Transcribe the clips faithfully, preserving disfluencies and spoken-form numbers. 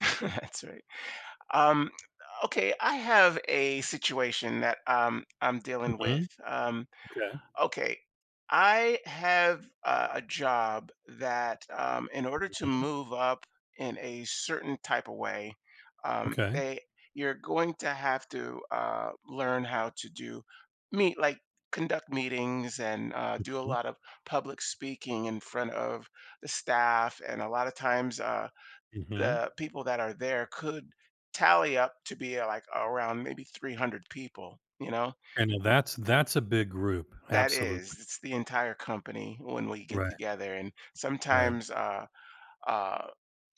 That's right. Um, okay, I have a situation that um, I'm dealing with. Mhm. Um, Okay. okay, I have uh, a job that, um, in order to Mhm. move up in a certain type of way, um, Okay. they you're going to have to uh, learn how to do meet like conduct meetings and uh, do a Mhm. lot of public speaking in front of the staff. And a lot of times uh, Mhm. the people that are there could tally up to be uh, like around maybe three hundred people you know And now that's that's a big group, That absolutely. is, it's the entire company when we get Right. together. And Right. sometimes uh uh,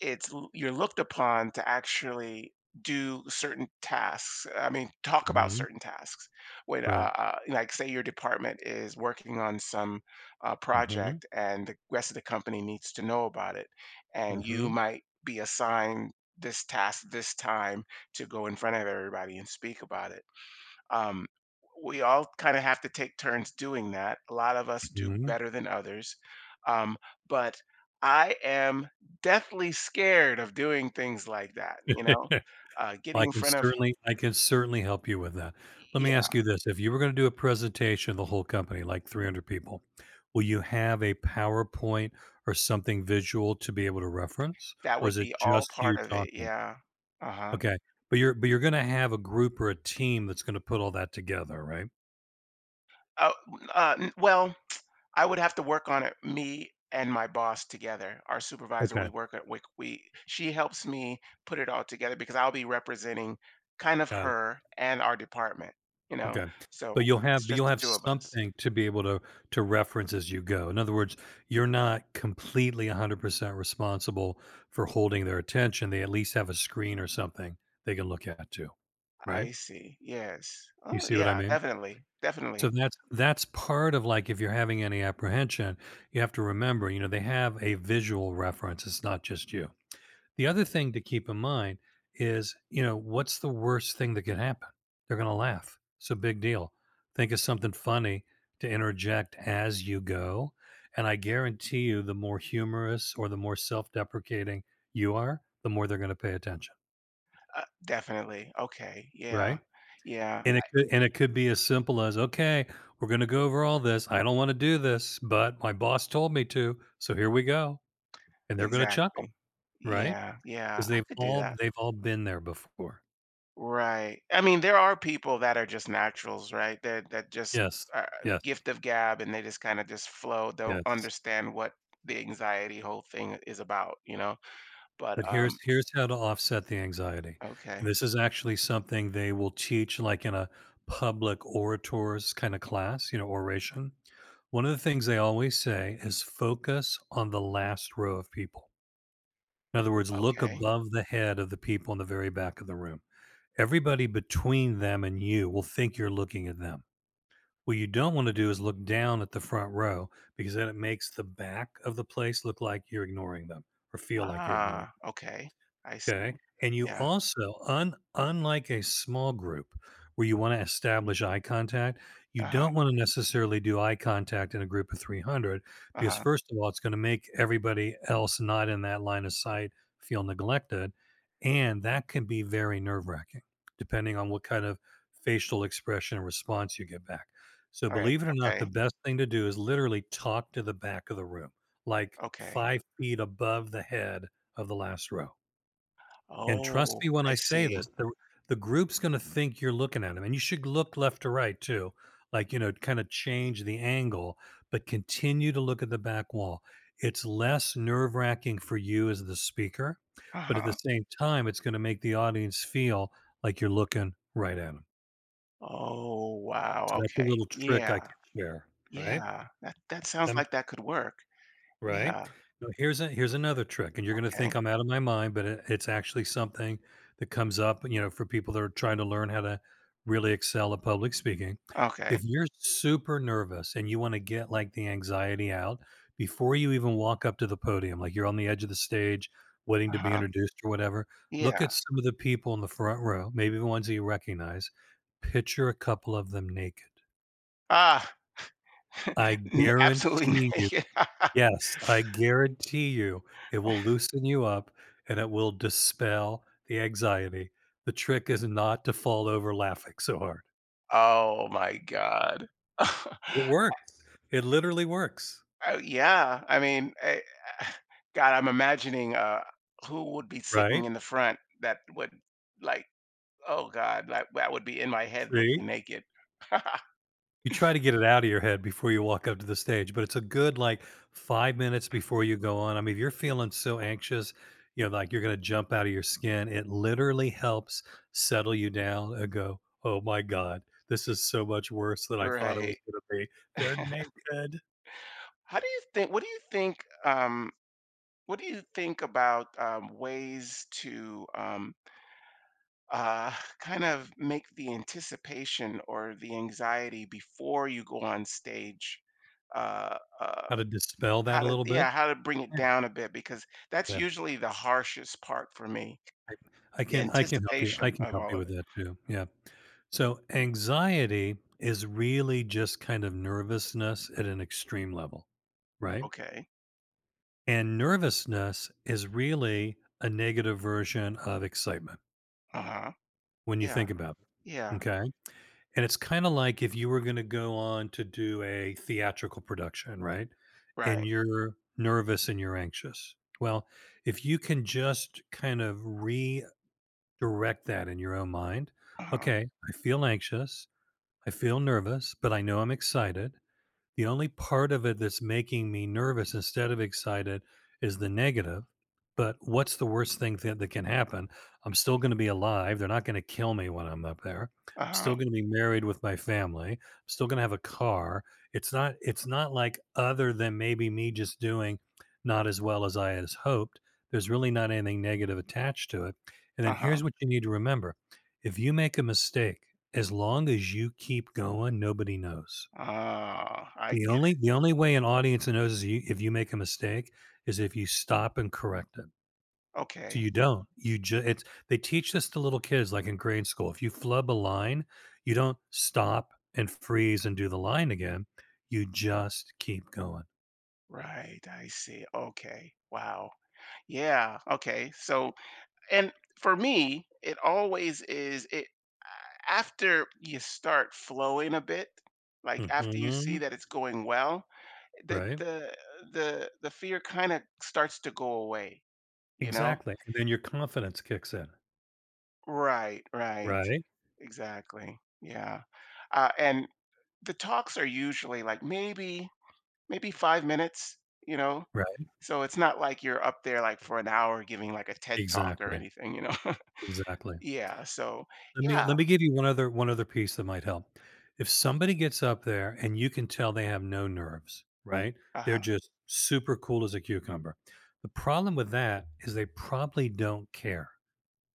it's l- you're looked upon to actually do certain tasks. I mean, talk about Mhm. certain tasks. When, uh, Right. uh, like, say your department is working on some uh, Mhm. project, and the rest of the company needs to know about it, and you Mhm. might be assigned this task this time to go in front of everybody and speak about it. Um, we all kind of have to take turns doing that. A lot of us do Mhm. better than others. Um, but I am deathly scared of doing things like that, you know? Uh, getting I in can front of, certainly I can certainly help you with that. Let me yeah, ask you this, if you were gonna do a presentation of the whole company, like three hundred people, will you have a PowerPoint or something visual to be able to reference, that or would is it be all just you part of it. talking? Yeah. Uh huh. Okay, but you're but you're gonna have a group or a team that's gonna put all that together, right? Uh, uh, n- well, I would have to work on it. Me and my boss together, our supervisor, we Okay. work at we, we she helps me put it all together, because I'll be representing kind of Got it. her and our department, you know. Okay. But So you'll it's have but just you'll the have two of us. something to be able to to reference as you go. In other words, you're not completely one hundred percent responsible for holding their attention. They at least have a screen or something they can look at too, right? I see. Yes. You Oh, see what I yeah, mean? definitely. So Definitely. that's that's part of like if you're having any apprehension, you have to remember, you know, they have a visual reference. It's not just you. The other thing to keep in mind is, you know, what's the worst thing that could happen? They're going to laugh. It's a big deal. Think of something funny to interject as you go. And I guarantee you, the more humorous or the more self deprecating you are, the more they're going to pay attention. Uh, definitely. Okay. Yeah. Right. Yeah, And it could, and it could be as simple as, okay, we're going to go over all this. I don't want to do this, but my boss told me to. So here we go. And they're going to chuckle. exactly. Right. Yeah, yeah, Because I they've could do all, that. they've all been there before. Right. I mean, there are people that are just naturals, right? That that just Yes, uh, yes, gift of gab, and they just kind of just flow. Don't yes. understand what the anxiety whole thing is about, you know. But But um, here's here's how to offset the anxiety, and okay, this is actually something they will teach like in a public orators kind of class, you know, oration. One of the things they always say is focus on the last row of people. In other words, look okay, above the head of the people in the very back of the room. Everybody between them and you will think you're looking at them. What you don't want to do is look down at the front row because then it makes the back of the place look like you're ignoring them or feel like you're ignoring. ah, okay, I see. Okay, and you Yeah. also un unlike a small group where you wanna establish eye contact, you Uh huh. don't wanna necessarily do eye contact in a group of three hundred Uh because huh. first of all, it's gonna make everybody else not in that line of sight feel neglected, and that can be very nerve-wracking depending on what kind of facial expression and response you get back. So All right. believe it or not, the Okay. best thing to do is literally talk to the back of the room, like Okay. five feet above the head of the last row. And trust Oh, me when I I say see. this, the the group's gonna think you're looking at them, and you should look left to right too, like, you know, kinda change the angle, but continue to look at the back wall. It's less nerve-wracking for you as the speaker, Uh but at the huh. same time, it's gonna make the audience feel like you're looking right at them. Oh, So wow. that's a Okay. little trick Yeah. I can share, right? Yeah. That that sounds That like that could work. Right? Yeah. Now, here's a here's another trick, and you're gonna Okay. think I'm out of my mind, but it, it's actually something that comes up, you know, for people that are trying to learn how to really excel at public speaking. Okay. If you're super nervous and you want to get like the anxiety out before you even walk up to the podium, like you're on the edge of the stage waiting Uh to be huh. introduced or whatever, look Yeah. at some of the people in the front row, maybe the ones that you recognize, picture a couple of them naked. Ah, I n absolutely guarantee you naked. Yes, I guarantee you it will loosen you up and it will dispel the anxiety. The trick is not to fall over laughing so hard. Oh my god. It works. It literally works, Oh, yeah. I mean, eh, god, I'm imagining, uh, who would be sitting right? in the front that would, like oh god, like, that would be in my head See? looking naked. You try to get it out of your head before you walk up to the stage, but it's a good like five minutes before you go on. I mean, if you're feeling so anxious, you know, like you're gonna jump out of your skin, it literally helps settle you down and go, "Oh my god, this is so much worse than I thought it Right. was gonna be. They're naked." How do you think what do you think, um what do you think about, um, ways to, um uh, kind of make the anticipation or the anxiety before you go on stage uh, uh, How to dispel that how a to little bit. yeah, how to bring it Yeah, down a bit, because that's yeah. usually the harshest part for me, I I the can I can help you. I anticipation can of help all you of with it. that too. Yeah. So anxiety is really just kind of nervousness at an extreme level, right? Okay. And nervousness is really a negative version of excitement Uh-huh. when you Yeah. think about it. Yeah. Okay. And it's kind of like if you were going to go on to do a theatrical production, right? Right. And you're nervous and you're anxious. Well, if you can just kind of redirect that in your own mind, Uh-huh. okay, I feel anxious, I feel nervous, but I know I'm excited. The only part of it that's making me nervous instead of excited is the negative. But what's the worst thing that, that can happen? I'm still going to be alive. They're not going to kill me when I'm up there. I'm still Uh-huh. going to be married with my family. I'm still going to have a car. It's not it's not like other than maybe me just doing not as well as I had hoped. There's really not anything negative attached to it. And then Uh-huh. here's what you need to remember. If you make a mistake, as long as you keep going, nobody knows. Ah, I The get only the only way an audience knows is you if you make a mistake is if you stop and correct it. it. So Okay. you don't. You just It's they teach this to little kids like in grade school. If you flub a line, you don't stop and freeze and do the line again. You just keep going. Right. I see. Okay. Wow. Yeah. Okay. So and for me, it always is it after you start flowing a bit, like after you see Mhm. that it's going well, the Right? the the the fear kind of starts to go away, you know? Exactly, and then your confidence kicks in. Right, right. Right? Exactly. Yeah. Uh, and the talks are usually like maybe maybe five minutes, you know? Right. So it's not like you're up there like for an hour giving like a TED talk or Exactly. anything, you know? Exactly. Yeah, so Let me yeah. let me give you one other one other piece that might help. If somebody gets up there and you can tell they have no nerves, Mm. right? They're Uh-huh. just super cool as a cucumber. The problem with that is they probably don't care.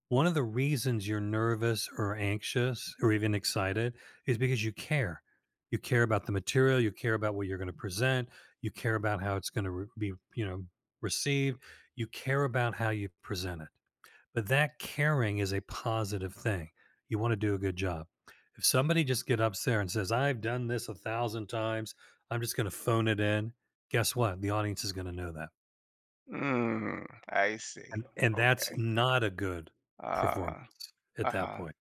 One of the reasons you're nervous or anxious or even excited is because you care. You care about the material, you care about what you're going to present, you care about how it's going to re- be, you know, received, you care about how you present it. But that caring is a positive thing. You want to do a good job. If somebody just get up there and says, I've done this a thousand times, I'm just going to phone it in. Guess what? The audience is going to know that. Mm, I see. And, and that's Okay. not a good performance Uh, at that uh-huh. point.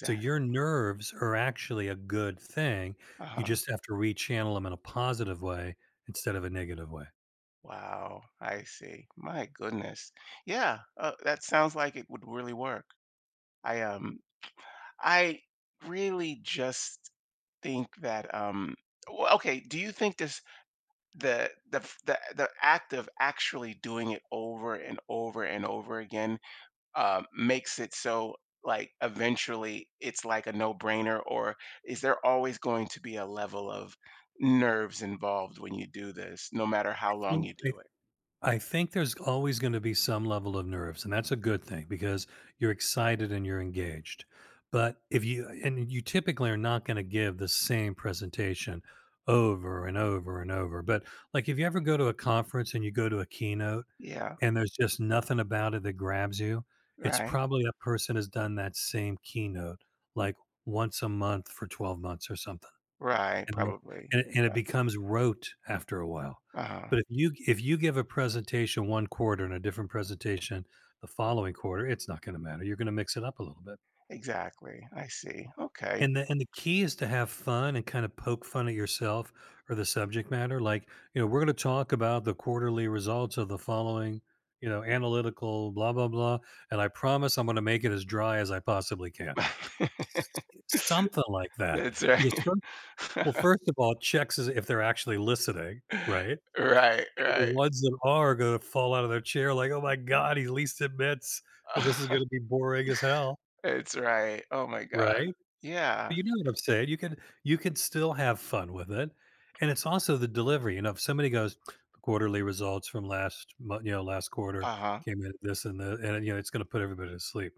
So your nerves are actually a good thing. You Uh-huh. just have to rechannel them in a positive way instead of a negative way. I Wow. I see. My goodness. Yeah, uh, that sounds like it would really work. I um I really just think that um well, okay, do you think this the the f- the the act of actually doing it over and over and over again uh, makes it so like eventually it's like a no-brainer, or is there always going to be a level of nerves involved when you do this no matter how long think, you I do it. I think there's always going to be some level of nerves, and that's a good thing because you're excited and you're engaged. But if you and you typically are not going to give the same presentation over and over and over. But like if you ever go to a conference and you go to a keynote Yeah. and there's just nothing about it that grabs you, it's Right. probably a person has done that same keynote like once a month for twelve months or something Right, and it probably. and it and it becomes rote after a while. Uh-huh. But if you if you give a presentation one quarter and a different presentation the following quarter, it's not gonna matter. You're gonna mix it up a little bit. Exactly. I see. Okay. And the and the key is to have fun and kind of poke fun at yourself or the subject matter. Like, you know, we're gonna talk about the quarterly results of the following, you know, analytical blah, blah, blah, and I promise I'm gonna make it as dry as I possibly can. S- Something like that That's right. because well, first of all, checks is if they're actually listening, right? Right, And the right. ones that are gonna fall out of their chair like, "Oh my god, he at least admits that this is gonna be boring as hell," It's right, oh my god. right? Yeah. You know what I'm saying, you could you could still have fun with it, and it's also the delivery, you know, if somebody goes, "The quarterly results from last mo you know, last quarter Uh-huh. came in at this and the" and, you know, it's gonna put everybody to sleep.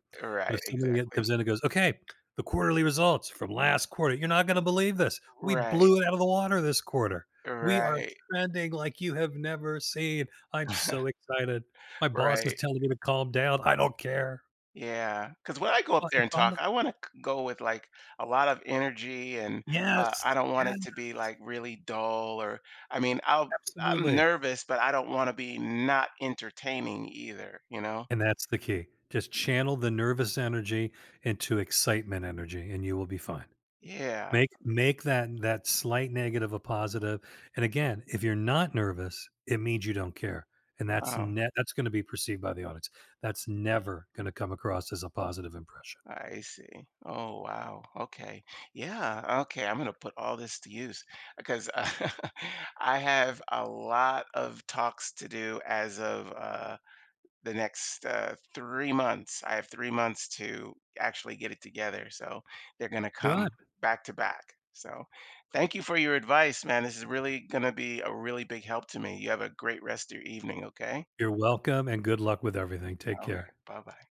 But Right. if somebody get- Exactly. comes in and goes, "Okay, the quarterly results from last quarter, you're not gonna believe this. We Right. blew it out of the water this quarter. We are Right. trending like you have never seen. I'm so excited. My boss is Right. telling me to calm down. I don't care." Yeah, because when I go It's up all there it's and all talk, I wanna go with, like, a lot of energy and, uh, I Yes, don't want yes, it to be, like, really dull or I mean, I'll I'm absolutely. nervous, but I don't wanna be not entertaining either, you know? And that's the key. Just channel the nervous energy into excitement energy and you will be fine. Yeah. Make make that that slight negative a positive. And again, if you're not nervous, it means you don't care. And that's Oh, ne- that's going to be perceived by the audience. That's never going to come across as a positive impression. I see. Oh, wow. Okay. Yeah, okay, I'm gonna put all this to use, because uh, I have a lot of talks to do as of, uh the next uh, three months. I have three months to actually get it together. So they're going to Good. come back to back. So thank you for your advice, man. This is really going to be a really big help to me. You have a great rest of your evening. Okay. You're welcome and good luck with everything. Take All right. care. Bye bye.